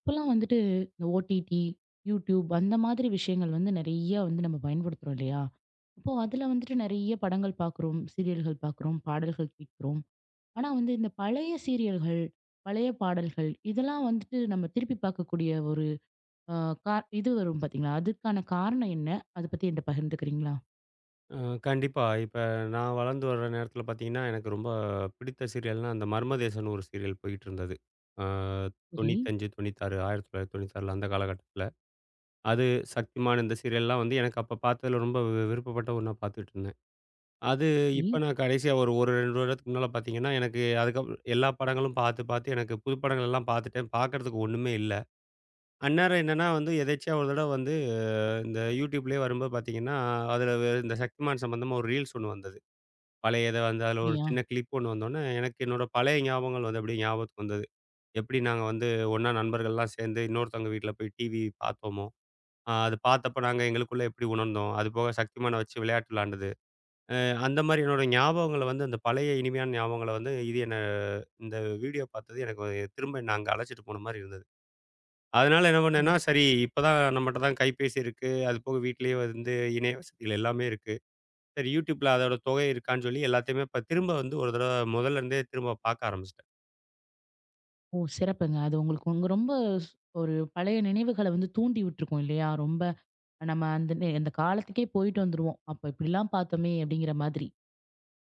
இப்போலாம் வந்துட்டு இந்த ஓடிடி, யூடியூப் அந்த மாதிரி விஷயங்கள் வந்து நெறைய வந்து நம்ம பயன்படுத்துறோம் இல்லையா? அப்போ அதில வந்துட்டு நெறைய படங்கள் பார்க்குறோம், சீரியல்கள் பார்க்குறோம், பாடல்கள் கேட்கிறோம். ஆனா வந்து இந்த பழைய சீரியல்கள், பழைய பாடல்கள் இதெல்லாம் வந்துட்டு நம்ம திருப்பி பார்க்கக்கூடிய ஒரு அ கா இது வரும் பார்த்தீங்களா? அதுக்கான காரணம் என்ன? அத பத்தி என்ட்ட பகிர்ந்துக்கிறீங்களா? அ கண்டிப்பா. இப்ப நான் வளர்ந்து வர்ற நேரத்தில பார்த்தீங்கன்னா, எனக்கு ரொம்ப பிடித்த சீரியல்னா, அந்த மர்மதேசம்னு ஒரு சீரியல் போயிட்டுருந்தது. அ சரி, 95, 96 1996 அந்த காலகட்டத்தில. அது சக்திமான் இந்த சீரியல்லாம் வந்து எனக்கு அப்ப பார்த்ததுல ரொம்ப விருப்பப்பட்ட ஒண்ணா பார்த்துட்டு இருந்தேன். அது சரி. இப்ப நான் கடைசியா ஒரு 1, 2 வருடத்துக்கு முன்னால பார்த்தீங்கன்னா, எனக்கு அதுக்கப்புறம் எல்லா படங்களும் பார்த்து, பார்த்து எனக்கு புது படங்கள் எல்லாம் பார்த்துட்டேன். பார்க்கறதுக்கு ஒண்ணுமே இல்ல. அந்நேரம் என்னன்னா வந்து எதேர்ச்சியா ஒரு தடவ வந்து இந்த YouTubeலயே வரும்போது பார்த்தீங்கன்னா, அதில இந்த சக்திமான் சம்பந்தமா ஒரு ரீல்ஸ் ஒண்ணு வந்தது. பழைய இத வந்து அதில ஒரு அப்படியா? சின்ன கிளிப் ஒண்ணு வந்தோனே, எனக்கு என்னோட பழைய ஞாபகங்கள் வந்து அப்படியே ஞாபகத்துக்கு வந்தது. எப்படி நாங்க வந்து ஒண்ணா நண்பர்கள்லாம் சேர்ந்து இன்னொருத்தவங்க வீட்ல போய் டிவி பார்த்தோமோ, அது பார்த்தப்ப நாங்க எங்களுக்குள்ள எப்படி உணர்ந்தோம்? அதுபோக சக்திமான் வச்சு விளையாட்டு விளையாண்டது. அந்த மாரி என்னோட ஞாபகங்கள வந்து அந்த பழைய இனிமையான ஞாபகங்கள வந்து இது என்ன இந்த வீடியோ பார்த்தது எனக்கு ஒரு திரும்ப என்ன அங்க அழைச்சிட்டு போன மாரி இருந்தது. அதனால என்ன பண்ணேன்னா, ம். சரி இப்ப தான் நம்மட்ட தான் கைபேசி இருக்கு. அது போக வீட்லயே வந்து இணைய வசதிகள் எல்லாமே இருக்கு. சரி YouTubeல அதோட தொகை இருக்கான்னு சொல்லி எல்லாத்தையுமே இப்ப திரும்ப வந்து ஒரு தடவ முதல்ல இருந்தே திரும்ப பார்க்க ஆரம்பிச்சுட்டேன். ஓ! சிறப்புங்க. அது உங்களுக்கு உங்க ரொம்ப ஸ் ஒரு பழைய நினைவுகள வந்து தூண்டி விட்டுருக்கும் இல்லையா? ரொம்ப நம்ம அந்த அந்த காலத்துக்கே போயிட்டு வந்துருவோம். அப்ப இப்படிலாம் பார்த்தோமே! அப்படிங்கிற மாதிரி.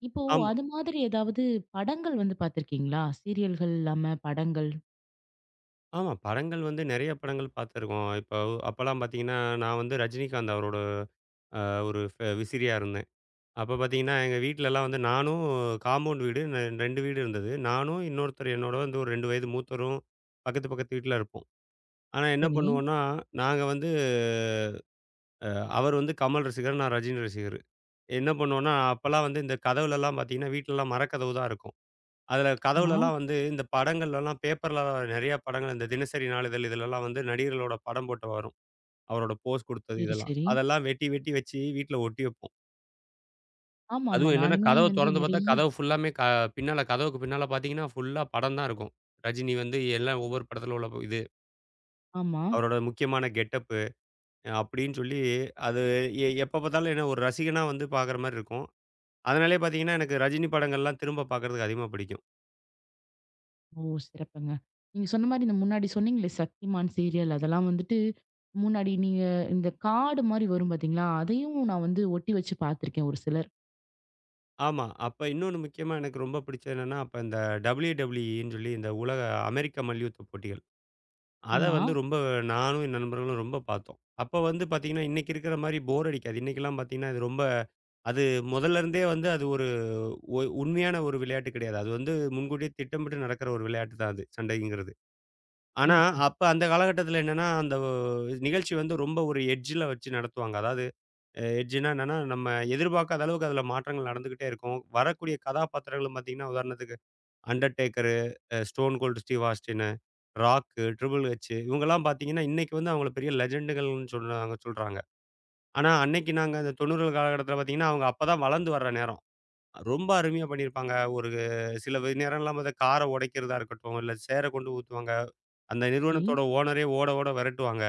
இப்போ ஆமா, அது மாதிரி ஏதாவது படங்கள் வந்து பார்த்துருக்கீங்களா? சீரியல்கள் இல்லாம படங்கள். ஆமா. படங்கள் வந்து நெறைய படங்கள் பார்த்துருக்கோம். இப்போ அப்பலாம் பார்த்தீங்கன்னா, நான் வந்து ரஜினிகாந்த் அவரோட அ ஒரு விசிறியா இருந்தேன். அப்ப பார்த்தீங்கன்னா, எங்க வீட்லலாம் வந்து நானும் காம்பவுண்ட் வீடு 2 வீடு இருந்தது. நானும் இன்னொருத்தர் என்னோட வந்து ஒரு 2 வயது மூத்தரும் பக்கத்து பக்கத்து வீட்ல இருப்போம். ஆனா என்ன சரி. பண்ணுவோம்னா, நாங்க வந்து அ அவர் வந்து கமல் ரசிகர், நான் ரஜினி ரசிகர். என்ன பண்ணுவோம்னா, அப்பலாம் வந்து இந்த கதவுலலாம் பார்த்தீங்கன்னா, வீட்லலாம் மரக்கதவு தான் இருக்கும். அதில ஆமா. கதவுலலாம் வந்து இந்த படங்கள்லலாம் பேப்பர்ல நெறைய படங்கள் இந்த தினசரி நாளிதழ் இதுலலாம் வந்து நடிகர்களோட படம் போட்டு வரும். அவரோட போஸ் குடுத்தது சரி, இதெல்லாம். சரி. அதெல்லாம் வெட்டி வெட்டி வச்சு வீட்ல ஒட்டி வைப்போம். ஆமாமா. அதுவும் என்னன்னா நானுமே கதவ வந்து தொறந்து பார்த்தா நெறையா கதவு ஃபுல்லாமே பின்னால கதவுக்கு பின்னால பார்த்தீங்கன்னா, ஃபுல்லா படம் தான் இருக்கும். ரஜினி வந்து எல்லாம் ஒவ்வொரு படத்துல உள்ள இது ஆமா. அவரோட முக்கியமான கெட்டப்பு அப்படின்னு சொல்லி அது எப்ப பார்த்தாலும் என்ன ஒரு ரசிகனா வந்து பார்க்குற மாரி இருக்கும். அதனாலேயே பார்த்தீங்கன்னா, எனக்கு ரஜினி படங்கள்லாம் திரும்ப பார்க்குறதுக்கு அதிகமா பிடிக்கும். ஓ! சிறப்புங்க. நீங்க சொன்ன மாரி இந்த முன்னாடி சொன்னீங்களே சக்திமான் சீரியல் அதெல்லாம் வந்துட்டு, முன்னாடி நீங்க இந்த கார்டு மாரி வரும் பார்த்தீங்களா? அதையும் நான் வந்து ஒட்டி வச்சு பார்த்துருக்கேன் ஒரு சிலர். ஆமா. அப்ப இன்னொன்னு முக்கியமா எனக்கு ரொம்ப பிடிச்சது என்னன்னா, அப்ப இந்த WWE ன்னு சொல்லி இந்த உலக அமெரிக்க மல்யுத்த போட்டிகள். அத ஆமா. வந்து ரொம்ப நானும் என் நண்பர்களும் ரொம்ப பார்த்தோம். அப்ப வந்து பார்த்தீங்கன்னா, இன்னைக்கு இருக்கிற மாரி போர் அடிக்காது. இன்னைக்கெல்லாம் பார்த்தீங்கன்னா, இது ரொம்ப அது முதல்ல இருந்தே வந்து அது ஒரு உண்மையான ஒரு விளையாட்டு கிடையாது. அது வந்து முன்கூட்டியே திட்டமிட்டு நடக்கிற ஒரு விளையாட்டு தான் அது, சண்டைங்கிறது. ஆனா, கண்டிப்பா. அப்ப அந்த காலகட்டத்தில என்னன்னா, அந்த நிகழ்ச்சி வந்து ரொம்ப ஒரு எட்ஜ்ல வச்சு நடத்துவாங்க. அதாவது எட்ஜ்னா என்னன்னா, நம்ம எதிர்பார்க்காத அளவுக்கு அதில மாற்றங்கள் நடந்துகிட்டே இருக்கும். வரக்கூடிய கதாபாத்திரங்களும் பார்த்தீங்கன்னா, உதாரணத்துக்கு Undertaker, Stone Cold Steve Austin, Rock, Triple H இவங்கலாம் பார்த்தீங்கன்னா, இன்னைக்கு வந்து அவங்கள பெரிய லெஜண்டுகள்னு சொன்னாங்க சொல்றாங்க. ஆனா அன்னைக்கு நாங்க அந்த 90கள் காலகட்டத்தில பார்த்தீங்கன்னா, அவங்க அப்பதான் வளர்ந்து வர்ற நேரம். ரொம்ப அருமையா பண்ணியிருப்பாங்க. ஒரு சில வே நேரம்லாம் பார்த்தா கார உடைக்கிறதா இருக்கட்டும், இல்ல சேர கொண்டு ஊத்துவாங்க. அந்த ம். நிறுவனத்தோட ஓனரே ஓட ஓட விரட்டுவாங்க.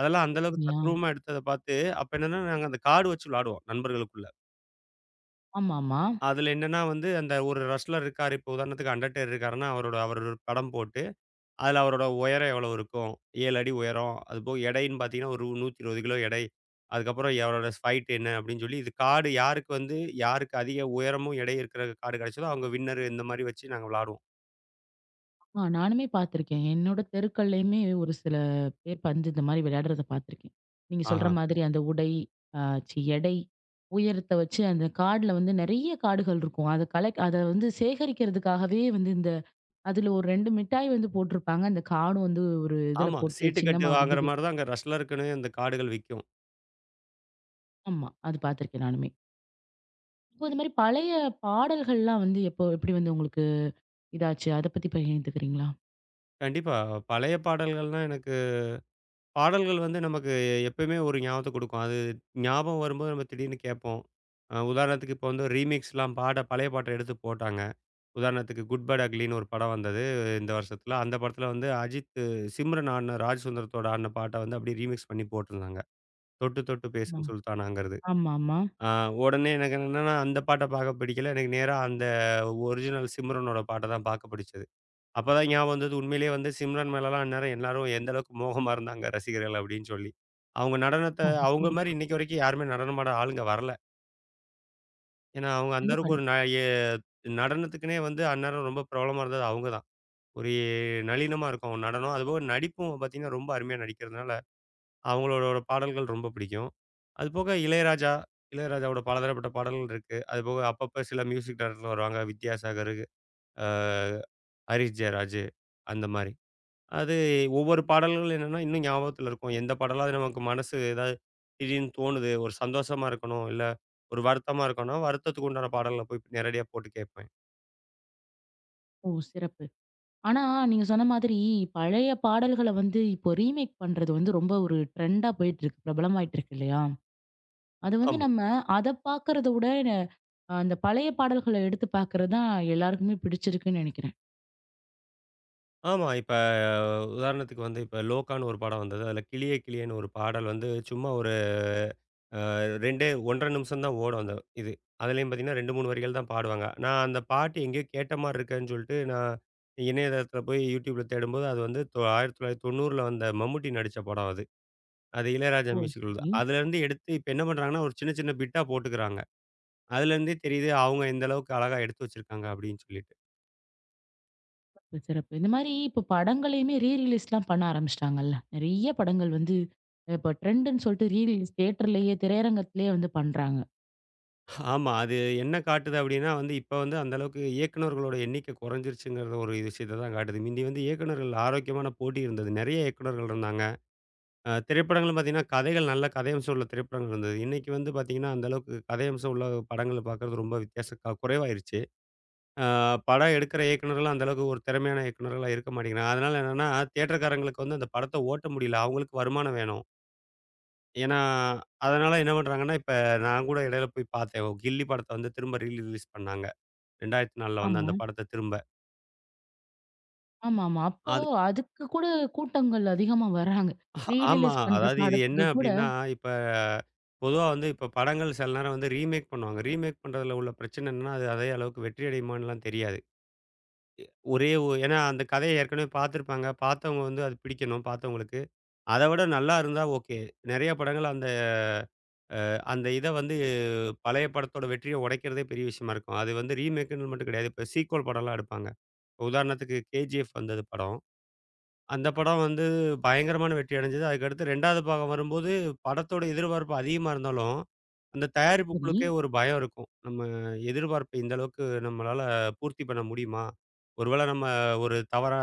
அதெல்லாம் அந்த அளவுக்கு அப்படியா? தத்ரூவமா எடுத்தத பார்த்து, அப்ப என்னன்னா நாங்க அந்த கார்டு வச்சு விளையாடுவோம் நண்பர்களுக்குள்ள. ஆமாமா. அதுல என்னன்னா வந்து, அந்த ஒரு ரெஸ்லர் இருக்காரு. இப்போ உதாரணத்துக்கு அண்டர்டேக்கர் இருக்காருன்னா, அவரோட அவரோட ஒரு படம் போட்டு, அதுல அவரோட உயரம் எவ்வளோ இருக்கும்? 7 அடி உயரம். அதுபோக எடைன்னு பார்த்தீங்கன்னா, ஒரு 120 கிலோ எடை. அதுக்கப்புறம் அவரோட ஃபைட் என்ன? அப்படின்னு சொல்லி, இது கார்டு யாருக்கு வந்து யாருக்கு அதிக உயரமும் எடையும் இருக்கிற கார்டு கிடைச்சதோ, அவங்க வின்னர் இந்த மாரி வச்சு நாங்க விளாடுவோம். நானுமே பார்த்துருக்கேன். என்னோட தெருக்கள்லயுமே ஒரு சில பேர் பந்து இந்த மாரி விளையாடுறத பார்த்துருக்கேன். நீங்க சொல்ற ஆஹா. மாதிரி அந்த உடை, அ சி எடை, உயரத்த வச்சு அந்த கார்டுல வந்து நெறைய கார்டுகள் இருக்கும். அத கலெக்ட் அத வந்து சேகரிக்கிறதுக்காகவே வந்து இந்த அதுல ஒரு 2 மிட்டாய் வந்து போட்டிருப்பாங்க. அந்த கார்டும் வந்து ஒரு இதுல ஆமா. போட்டு சீட்டு கட்டு சின்னமா வந்து வாங்குற மாரி தான் அங்க ரெஸ்லருக்குன்னு அந்த கார்டுகள் விக்கும். ஆமா. அது பார்த்துருக்கேன் நானுமே. இப்போ இந்த மாரி பழைய பாடல்கள்லாம் வந்து எப்போ எப்படி வந்து உங்களுக்கு இதாச்சு? அத பத்தி பகிர்ந்துக்கிறீங்களா? கண்டிப்பா. பழைய பாடல்கள்னா எனக்கு பாடல்கள் வந்து நமக்கு எப்பயுமே ஒரு ஞாபகத்த குடுக்கும். அது ஞாபகம் வரும்போது நம்ம திடீர்னு கேட்போம். உதாரணத்துக்கு இப்போ வந்து ரீமிக்ஸ்லாம் பாட பழைய பாட்ட எடுத்து போட்டாங்க. உதாரணத்துக்கு குட் பேட் அக்லின்னு ஒரு படம் வந்தது இந்த வருஷத்துல. அந்த படத்துல வந்து அஜித்து, சிம்ரன் ஆடுன ராஜ் சுந்தரத்தோட ஆடுன பாட்ட வந்து அப்படியே ரீமிக்ஸ் பண்ணி போட்டிருந்தாங்க. தொட்டு தொட்டு ஆமா. பேசும் சுல்தானாங்கிறது. ஆமாமா. அ உடனே எனக்கு என்னன்னா அந்த பாட்ட பார்க்க பிடிக்கல. எனக்கு நேரா அந்த ஒரிஜினல் சிம்ரனோட பாட்ட தான் பார்க்க பிடிச்சது. அப்பதான் ஞாபகம் வந்தது. உண்மையிலேயே வந்து சிம்ரன் மேலலாம் அந்நேரம் எல்லாரும் எந்த அளவுக்கு மோகமா இருந்தாங்க ரசிகர்கள் அப்படின்னு சொல்லி. அவங்க நடனத்த ஓ! அவங்க மாரி கண்டிப்பா. இன்னைக்கு வரைக்கும் யாருமே நடனமாட ஆளுங்க வரல. ஏன்னா அவங்க அந்த கண்டிப்பா. அளவுக்கு ஒரு ந எ நடனத்துக்குன்னே வந்து அந்நேரம் ரொம்ப பிரபலமா இருந்தது அவங்க தான். ஒரு நளினமா இருக்கும் அவங்க நடனம். அதுபோக நடிப்பும் பார்த்தீங்கன்னா ரொம்ப அருமையா நடிக்கிறதுனால, அவங்களோட பாடல்கள் ரொம்ப பிடிக்கும். அதுபோக இளையராஜா, இளையராஜாவோட பலதரப்பட்ட பாடல்கள் இருக்கு. அதுபோக அப்பப்ப சில மியூசிக் டைரக்டர் வருவாங்க. வித்யாசாகர், அ ஹரிஷ் ஜெயராஜ் அந்த மாரி. அது ஒவ்வொரு பாடல்கள் என்னன்னா, இன்னும் ஞாபகத்துல இருக்கும். எந்த பாடலாவது நமக்கு மனசு ஏதாவது திடீர்னு தோணுது, ஒரு சந்தோஷமா இருக்கணும், இல்ல ஒரு வருத்தமா இருக்கணும்னா, வருத்தத்துக்கு உண்டான பாடல்கள போய் நேரடியா போட்டு கேட்பேன். ஓ! சிறப்பு. ஆனா, நீங்க சொன்ன மாதிரி பழைய பாடல்கள வந்து இப்போ ரீமேக் பண்றது வந்து ரொம்ப ஒரு ட்ரெண்டா போயிட்டுருக்கு. பிரபலமாயிட்டுருக்கு இல்லையா? அது வந்து ஆமா. நம்ம அத பார்க்கறத விட அந்த பழைய பாடல்கள எடுத்து பார்க்கறது தான் எல்லாருக்குமே பிடிச்சிருக்குன்னு நெனைக்கிறேன். ஆமா. இப்ப உதாரணத்துக்கு வந்து இப்ப லோகான்னு ஒரு படம் வந்தது. அதுல கிளியே கிளியேன்னு ஒரு பாடல் வந்து சும்மா ஒரு 2 1 1/2 நிமிஷம் தான் ஓடும் அந்த இது. அதுலயும் பார்த்தீங்கன்னா 2, 3 வரிகள் தான் பாடுவாங்க. நான் அந்த பாட்டு எங்கேயோ கேட்ட மாரி இருக்கேன்னு சொல்லிட்டு நான் இணையதளத்துல போய் YouTubeல தேடும்போது, அது வந்து 1990ல வந்த மம்முட்டி நடிச்ச படம் அது. அது இளையராஜா ஓ! மியூசிக்குள்ள தான். சரி. அதுலேருந்து எடுத்து இப்ப என்ன பண்றாங்கன்னா, ஒரு சின்ன சின்ன பிட்டா போட்டுக்கிறாங்க. அதுலேருந்தே தெரியுது அவங்க எந்த அளவுக்கு அழகா எடுத்து வச்சிருக்காங்க அப்படின்னு சொல்லிட்டு. சிறப்பு, சிறப்பு. இந்த மாரி இப்போ படங்களையுமே ரீ ரிலீஸ்லாம் பண்ண ஆரம்பிச்சுட்டாங்கல்ல. நெறைய படங்கள் வந்து இப்போ ட்ரெண்டுன்னு சொல்லிட்டு ரீ ரிலீஸ் தியேட்டர்லயே திரையரங்கத்திலேயே வந்து பண்றாங்க. ஆமா. அது என்ன காட்டுது அப்படின்னா வந்து, இப்ப வந்து அந்த அளவுக்கு இயக்குனர்களோட எண்ணிக்கை குறைஞ்சிருச்சுங்கிறது ஒரு விஷயத்த தான் காட்டுது. முந்தி வந்து இயக்குனர்கள் ஆரோக்கியமான போட்டி இருந்தது. நிறைய இயக்குனர்கள் இருந்தாங்க. திரைப்படங்களும் பார்த்தீங்கன்னா, கதைகள் நல்ல கதையம்சம் உள்ள திரைப்படங்கள் இருந்தது. இன்னைக்கு வந்து பார்த்தீங்கன்னா, அந்த அளவுக்கு கதையம்சம் உள்ள படங்கள பார்க்கறது ரொம்ப வித்தியாச குறைவாயிருச்சு. ஆ படம் எடுக்கிற இயக்குனர்கள்லாம் அந்த அளவுக்கு ஒரு திறமையான இயக்குனர்களா இருக்க மாட்டேங்கிறாங்க. அதனால என்னன்னா, தியேட்டர்காரங்களுக்கு வந்து அந்த படத்த ஓட்ட முடியல. அவங்களுக்கு வருமானம் வேணும். ஏன்னா, அதனால என்ன பண்றாங்கன்னா, இப்ப நான் கூட இடையில போய் பார்த்தேன். ஒரு கில்லி படத்த வந்து திரும்ப ரீ ரிலீஸ் பண்ணாங்க. 2004ல வந்த ஆமா. அந்த படத்த திரும்ப. ஆமாமா. அப்போ அது அதுக்கு கூட கூட்டங்கள் அதிகமா வர்றாங்க. ரீ ஆமா. ரிலீஸ் பண்ற அதாவது இது என்ன படத்துக்கு கூட அப்படின்னா, இப்ப பொதுவா வந்து இப்ப படங்கள் சில நேரம் வந்து ரீமேக் பண்ணுவாங்க. ரீமேக் பண்றதுல உள்ள பிரச்சனை என்னன்னா, அது அதே அளவுக்கு வெற்றி அடையுமான்னுலாம் தெரியாது. ஒரே ஒ ஏன்னா அந்த கதைய ஏற்கனவே பார்த்துருப்பாங்க. பார்த்தவங்க வந்து அது பிடிக்கணும் பார்த்தவங்களுக்கு. அத விட நல்லா இருந்தா ஓகே. நெறைய படங்கள் அந்த அந்த இத வந்து பழைய படத்தோட வெற்றிய உடைக்கிறதே பெரிய விஷயமா இருக்கும். அது வந்து ரீமேக்குன்னு மட்டும் கிடையாது. இப்ப சீக்வல் படம்லாம் எடுப்பாங்க. உதாரணத்துக்கு கேஜிஎஃப் வந்தது படம். அந்த படம் வந்து பயங்கரமான வெற்றி அடைஞ்சது. அதுக்கடுத்து 2வது பாகம் வரும்போது படத்தோட எதிர்பார்ப்பு அதிகமா இருந்தாலும், அந்த தயாரிப்பு சரி. குழுக்கே ஒரு பயம் இருக்கும். நம்ம எதிர்பார்ப்ப இந்த அளவுக்கு நம்மளால பூர்த்தி பண்ண முடியுமா? ஒருவேள நம்ம ஒரு தவறா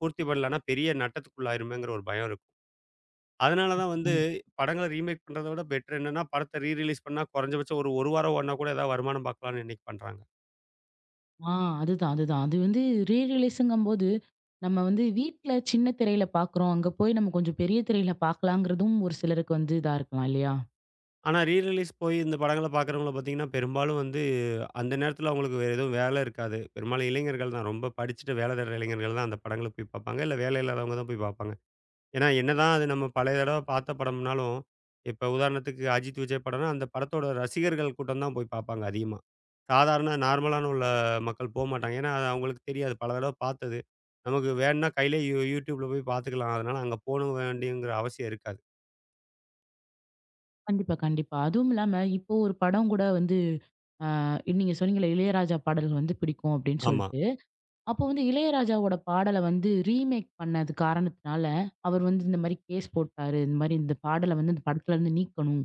பூர்த்தி பண்ணலன்னா பெரிய நட்டத்துக்குள்ளாயிருமேங்கிற ஒரு பயம் இருக்கும். அதனால தான் கண்டிப்பா, வந்து கண்டிப்பா. படங்கள ரீமேக் பண்றத விட பெட்டர் என்னன்னா, படத்த ரீ ரிலீஸ் பண்ணா குறைஞ்சபட்சம் ஒரு 1 வாரம் ஓடுனா கூட ஏதாவது வருமானம் பார்க்கலாம்னு இன்னைக்கு பண்றாங்க. ஆ அதுதான், அதுதான். அது வந்து ரீ ரிலீஸுங்கும்போது, நம்ம வந்து வீட்ல சின்ன திரையில பார்க்குறோம். அங்க போய் நம்ம கொஞ்சம் பெரிய திரையில பார்க்கலாங்கிறதும் ஒரு சிலருக்கு வந்து இதா இருக்கலாம் இல்லையா? ஆனா ரீ ரிலீஸ் போய் இந்த படங்கள பார்க்குறவங்கள பார்த்தீங்கன்னா, பெரும்பாலும் வந்து அந்த நேரத்துல அவங்களுக்கு வேற எதுவும் வேலை இருக்காது. பெரும்பாலும் இளைஞர்கள் தான் ரொம்ப படிச்சுட்டு வேலை தேடுற இளைஞர்கள் தான் அந்த படங்கள போய் பார்ப்பாங்க. இல்ல வேலை இல்லாதவங்க தான் போய் பார்ப்பாங்க. ஏன்னா, என்னதான் அது நம்ம பழைய தடவ பார்த்த படம்னாலும், இப்ப உதாரணத்துக்கு அஜித், விஜய் படம்னா, அந்த படத்தோட ரசிகர்கள் கூட்டம் தான் போய் பார்ப்பாங்க அதிகமா. சாதாரண நார்மலான உள்ள மக்கள் போமாட்டாங்க. ஏன்னா, அது அவங்களுக்கு தெரியாது. பல தடவ பார்த்தது. நமக்கு வேணும்னா கையிலேயே YouTubeல போய் பார்த்துக்கலாம். அதனால அங்க போக வேண்டியங்கிற அவசியம் இருக்காது. கண்டிப்பா, கண்டிப்பா. அதுவும் இல்லாம இப்போ ஒரு படம் கூட வந்து ஆ நீங்க சொன்னீங்கல்ல, இளையராஜா பாடல்கள் வந்து பிடிக்கும் அப்படின்னு ஆமா, சொல்ட்டு. அப்போ வந்து இளையராஜாவோட பாடல வந்து ரீமேக் பண்ணது காரணத்தினால, அவர் வந்து இந்த மாரி கேஸ் போட்டாரு. இந்த மாரி இந்த பாடல வந்து இந்த படத்துலருந்து நீக்கணும்.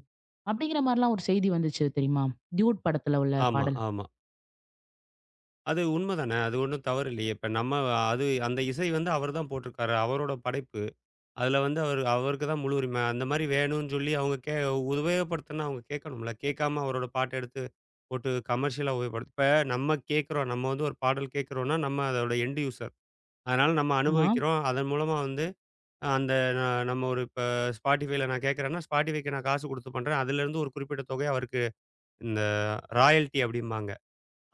அப்படிங்கிற மாரிலாம் ஒரு செய்தி வந்துச்சு தெரியுமா? டியூட் படத்துல உள்ள ஆமா, பாடல். ஆமா. அது உண்ம தானே. அது ஒண்ணும் தவறு இல்லையே. இப்ப நம்ம அந்த இசை வந்து அவர் தான் போட்டிருக்காரு. அவரோட படைப்பு. அதில வந்து அவரு அவருக்கு தான் முழு உரிமை. அந்த மாரி வேணும்னு சொல்லி அவங்க உபயோகப்படுத்தணும்னா அவங்க கேட்கணும்ல. கேட்காம அவரோட பாட்ட எடுத்து போட்டு கமர்ஷியலா உபயோகப்படுத்த இப்ப நம்ம கேட்கிறோம். நம்ம வந்து ஒரு பாடல் கேட்கிறோம்னா, நம்ம அதோட எண்ட் யூசர். அதனால நம்ம ஆமா, அனுபவிக்கிறோம். அதன் மூலமா வந்து அந்த ந நம்ம ஒரு இப்ப Spotifyல நான் கேட்கிறேன்னா, Spotifyக்கு நான் காசு குடுத்து பண்றேன். அதிலேருந்து ஒரு குறிப்பிட்ட தொகை அவருக்கு இந்த ராயல்டி அப்படிம்பாங்க.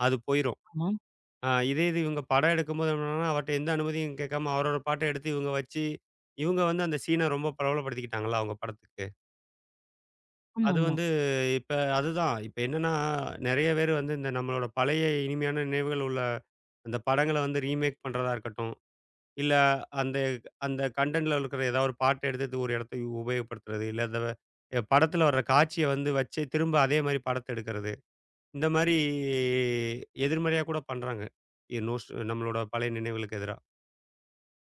அது போயிரும். ஆமா. இதே இது இவங்க படம் எடுக்கும்போது என்னன்னா, அவர்ட்ட எந்த அனுமதியும் கேட்காம அவரோட பாட்ட எடுத்து இவங்க வச்சு, இவங்க வந்து அந்த சீன ரொம்ப பிரபலப்படுத்திக்கிட்டாங்கல்ல அவங்க படத்துக்கு. அது ஆமாமா. வந்து இப்ப அதுதான். இப்ப என்னன்னா, நெறைய பேரு வந்து இந்த நம்மளோட பழைய இனிமையான நினைவுகள் உள்ள அந்த படங்கள வந்து ரீமேக் பண்றதா இருக்கட்டும், இல்ல அந்த அந்த கன்டென்ட்ல இருக்கிற ஏதாவது ஒரு பாட்ட எடுத்து ஒரு இடத்த உபயோகப்படுத்துறது, இல்ல அந்த படத்துல வர்ற காட்சிய வந்து வச்சு திரும்ப அதே மாரி படத்த எடுக்கிறது. இந்த மாரி எதிர்மறையா கூட பண்றாங்க. எ நோஸ் நம்மளோட பழைய நினைவுகளுக்கு எதிரா.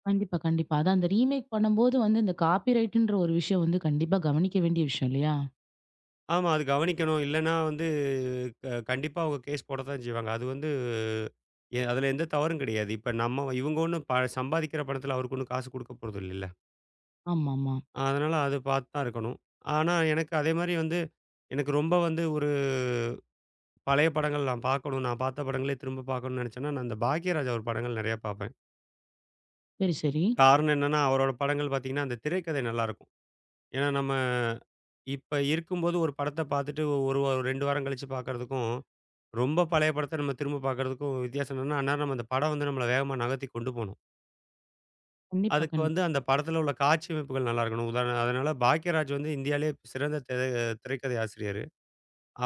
கண்டிப்பா, கண்டிப்பா. அதான் அந்த ரீமேக் பண்ணும்போது வந்து இந்த காப்பிரைட்ன்ற ஒரு விஷயம் வந்து கண்டிப்பா கவனிக்க வேண்டிய விஷயம் இல்லையா? ஆமா. அது கவனிக்கணும். இல்லன்னா வந்து கண்டிப்பா அவங்க கேஸ் போட தான் செய்வாங்க. அது வந்து அதில எந்த தவறும் கிடையாது. இப்ப நம்ம இவங்க ஒண்ணும் சம்பாதிக்கிற பணத்தில அவருக்கு ஒண்ணும் காசு குடுக்க போறதில்லைல்ல. ஆமாமா. அதனால அது பார்த்து தான் இருக்கணும். ஆனா எனக்கு அதே மாரி வந்து எனக்கு ரொம்ப வந்து ஒரு பழைய படங்கள் நான் பார்க்கணும். நான் பார்த்த படங்களே திரும்ப பார்க்கணும்னு நெனச்சேன்னா, நான் இந்த பாக்யராஜ் அவர் படங்கள் நெறையா பார்ப்பேன். சரி, சரி. காரணம் என்னன்னா, அவரோட படங்கள் பார்த்தீங்கன்னா, அந்த திரைக்கதை நல்லாயிருக்கும். ஏன்னா, நம்ம இப்ப இருக்கும்போது ஒரு படத்த பார்த்துட்டு ஒரு 2 வாரம் கழிச்சு பார்க்கறதுக்கும் ரொம்ப பழைய படத்த நம்ம திரும்ப பார்க்கறதுக்கும் வித்தியாசம் என்னன்னா, அந்நேரம் நம்ம அந்த படம் வந்து நம்மள வேகமா நகர்த்தி கொண்டு போணும். கண்டிப்பா, அதுக்கு வந்து கண்டிப்பா. அந்த படத்துல உள்ள காட்சி அமைப்புகள் நல்லா இருக்கணும். உதாரண அதனால பாக்யராஜ் வந்து இந்தியாலயே சிறந்த திரைக்கதை ஆசிரியர்.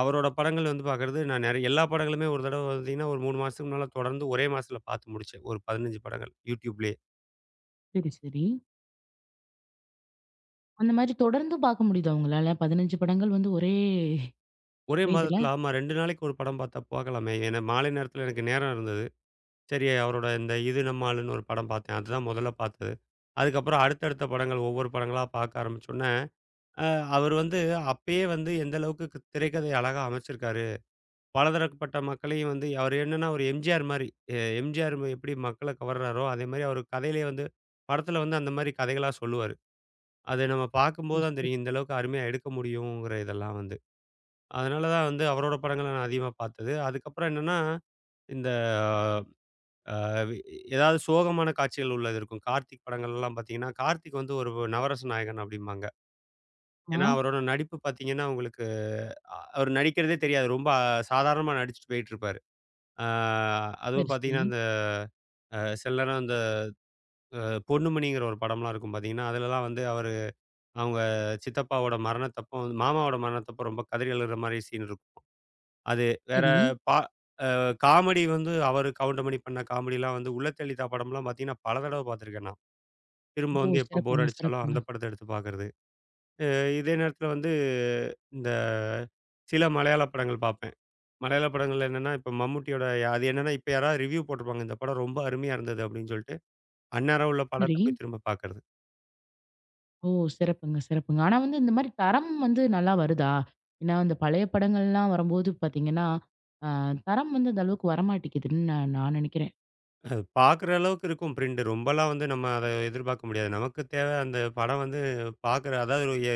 அவரோட படங்கள் வந்து பார்க்கறது நான் நெறைய எல்லா படங்களுமே ஒரு தடவ பார்த்தீங்கன்னா, ஒரு 3 மாசத்துக்கு முன்னால தொடர்ந்து ஒரே மாசத்துல பார்த்து முடிச்சேன். ஒரு 15 படங்கள் YouTubeலயே. சரி, சரி. அந்த மாரி தொடர்ந்து பார்க்க முடியுதா உங்களால? 15 படங்கள் வந்து ஒரே ஒரே ஒரே இதுல? மாதத்துல ஆமா 2 நாளைக்கு ஒரு படம் பார்த்தா பார்க்கலாமே! ஏன்னா மாலை நேரத்துல எனக்கு நேரம் இருந்தது. சரி அவரோட இந்த இது நம்ம ஆளுன்னு ஒரு படம் பார்த்தேன். அதுதான் முதல்ல பார்த்தது. அதுக்கப்புறம் அடுத்தடுத்த படங்கள் ஒவ்வொரு படங்களா பார்க்க ஆரம்பிச்சோன அ அவர் வந்து அப்பயே வந்து எந்த அளவுக்கு திரைக்கதை அழகா அமைச்சிருக்காரு. பலதரப்பட்ட மக்களையும் வந்து அவர் என்னன்னா ஒரு எம்ஜிஆர் மாரி. எம்ஜிஆர் எப்படி மக்கள கவர்றாரோ, அதே மாரி அவர் கதையிலேயே வந்து படத்துல வந்து அந்த மாரி கதைகளா சொல்லுவாரு. அது நம்ம ஓ! பார்க்கும்போது தான் தெரியும். இந்த அளவுக்கு அருமையா எடுக்க முடியுங்கிற இதெல்லாம் வந்து. அதனால தான் வந்து அவரோட படங்கள நான் அதிகமா பார்த்தது. அதுக்கப்புறம் என்னன்னா, இந்த அ வி ஏதாவது சோகமான காட்சிகள் உள்ளது இருக்கும். கார்த்திக் படங்கள்லாம் பார்த்தீங்கன்னா, கார்த்திக் வந்து ஒரு நவரச நாயகன் அப்படிம்பாங்க. சிறப்புமா. ஏன்னா, அவரோட நடிப்பு பார்த்தீங்கன்னா, உங்களுக்கு அவர் நடிக்கிறதே தெரியாது. ரொம்ப சாதாரணமா நடிச்சுட்டு போயிட்டுருப்பாரு. ஆ அதுவும் சரி, சரி, பார்த்தீங்கன்னா, அந்த சில நேரம் அந்த அ பொன்னுமணிங்கிற ஒரு படம்லாம் இருக்கும் பார்த்தீங்கன்னா, அதுலலாம் வந்து அவரு அவங்க சித்தப்பாவோட மரணத்தப்போ வந்து மாமாவோட மரணத்தப்போ ரொம்ப கதறி அழுகுற மாரி சீன் இருக்கும். அது வேற சரி. பா அ காமெடி வந்து அவரு கவுண்டமணி பண்ண காமெடிலாம் வந்து "உள்ளத்தெளிதா" படம்லாம் பார்த்தீங்கன்னா, பல தடவ பார்த்துருக்கேன் நான். திரும்ப ஓ! வந்து எப்போ போர் சிறப்புங்க, அடிச்சாலும் சிறப்புங்க. அந்த படத்த எடுத்து பார்க்கறது. அ இதே நேரத்தில வந்து இந்த சில மலையாள படங்கள் பார்ப்பேன். மலையாள படங்கள்ல என்னன்னா, இப்ப மம்முட்டியோட அது என்னன்னா, இப்ப யாராவது ரிவ்யூ போட்டிருப்பாங்க. இந்த படம் ரொம்ப அருமையா இருந்தது அப்படின்னு சொல்லிட்டு, அந்நேரம் உள்ள படத்த சரி. போய் திரும்ப பார்க்கறது. ஓ! சிறப்புங்க, சிறப்புங்க. ஆனா வந்து இந்த மாரி தரம் வந்து நல்லா வருதா? ஏன்னா, இந்த பழைய படங்கள்லாம் வரும்போது பார்த்தீங்கன்னா, அ தரம் வந்து அந்த அளவுக்கு வரமாட்டேங்குதுன்னு நான் நான் நினைக்கிறேன். அது பார்க்குற அளவுக்கு இருக்கும் பிரிண்ட். ரொம்பலாம் வந்து நம்ம அத எதிர்பார்க்க முடியாது. நமக்கு தேவை அந்த படம் வந்து பார்க்குற அதாவது ஒரு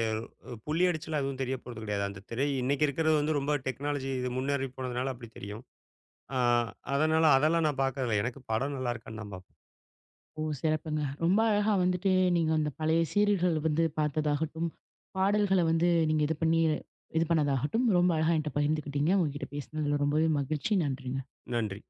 புள்ளி அடிச்சுலாம் எதுவும் தெரிய போறது கிடையாது. அந்த திரை இன்னைக்கு இருக்கிறது வந்து ரொம்ப டெக்னாலஜி இது முன்னேறி போனதுனால அப்படி தெரியும். ஆ அதனால அதெல்லாம் நான் பார்க்கறதில்ல. எனக்கு படம் நல்லா இருக்கான்னு நான் பார்ப்பேன். ஓ! சிறப்புங்க. ரொம்ப அழகா வந்துட்டு நீங்க அந்த பழைய சீரியல்கள் வந்து பார்த்ததாகட்டும், பாடல்கள வந்து நீங்க இது பண்ணி இது பண்ணதாகட்டும், ரொம்ப அழகா என்ட்ட பகிர்ந்துக்கிட்டீங்க. உங்ககிட்ட பேசினதுல ரொம்பவே மகிழ்ச்சி. நன்றிங்க. நன்றி.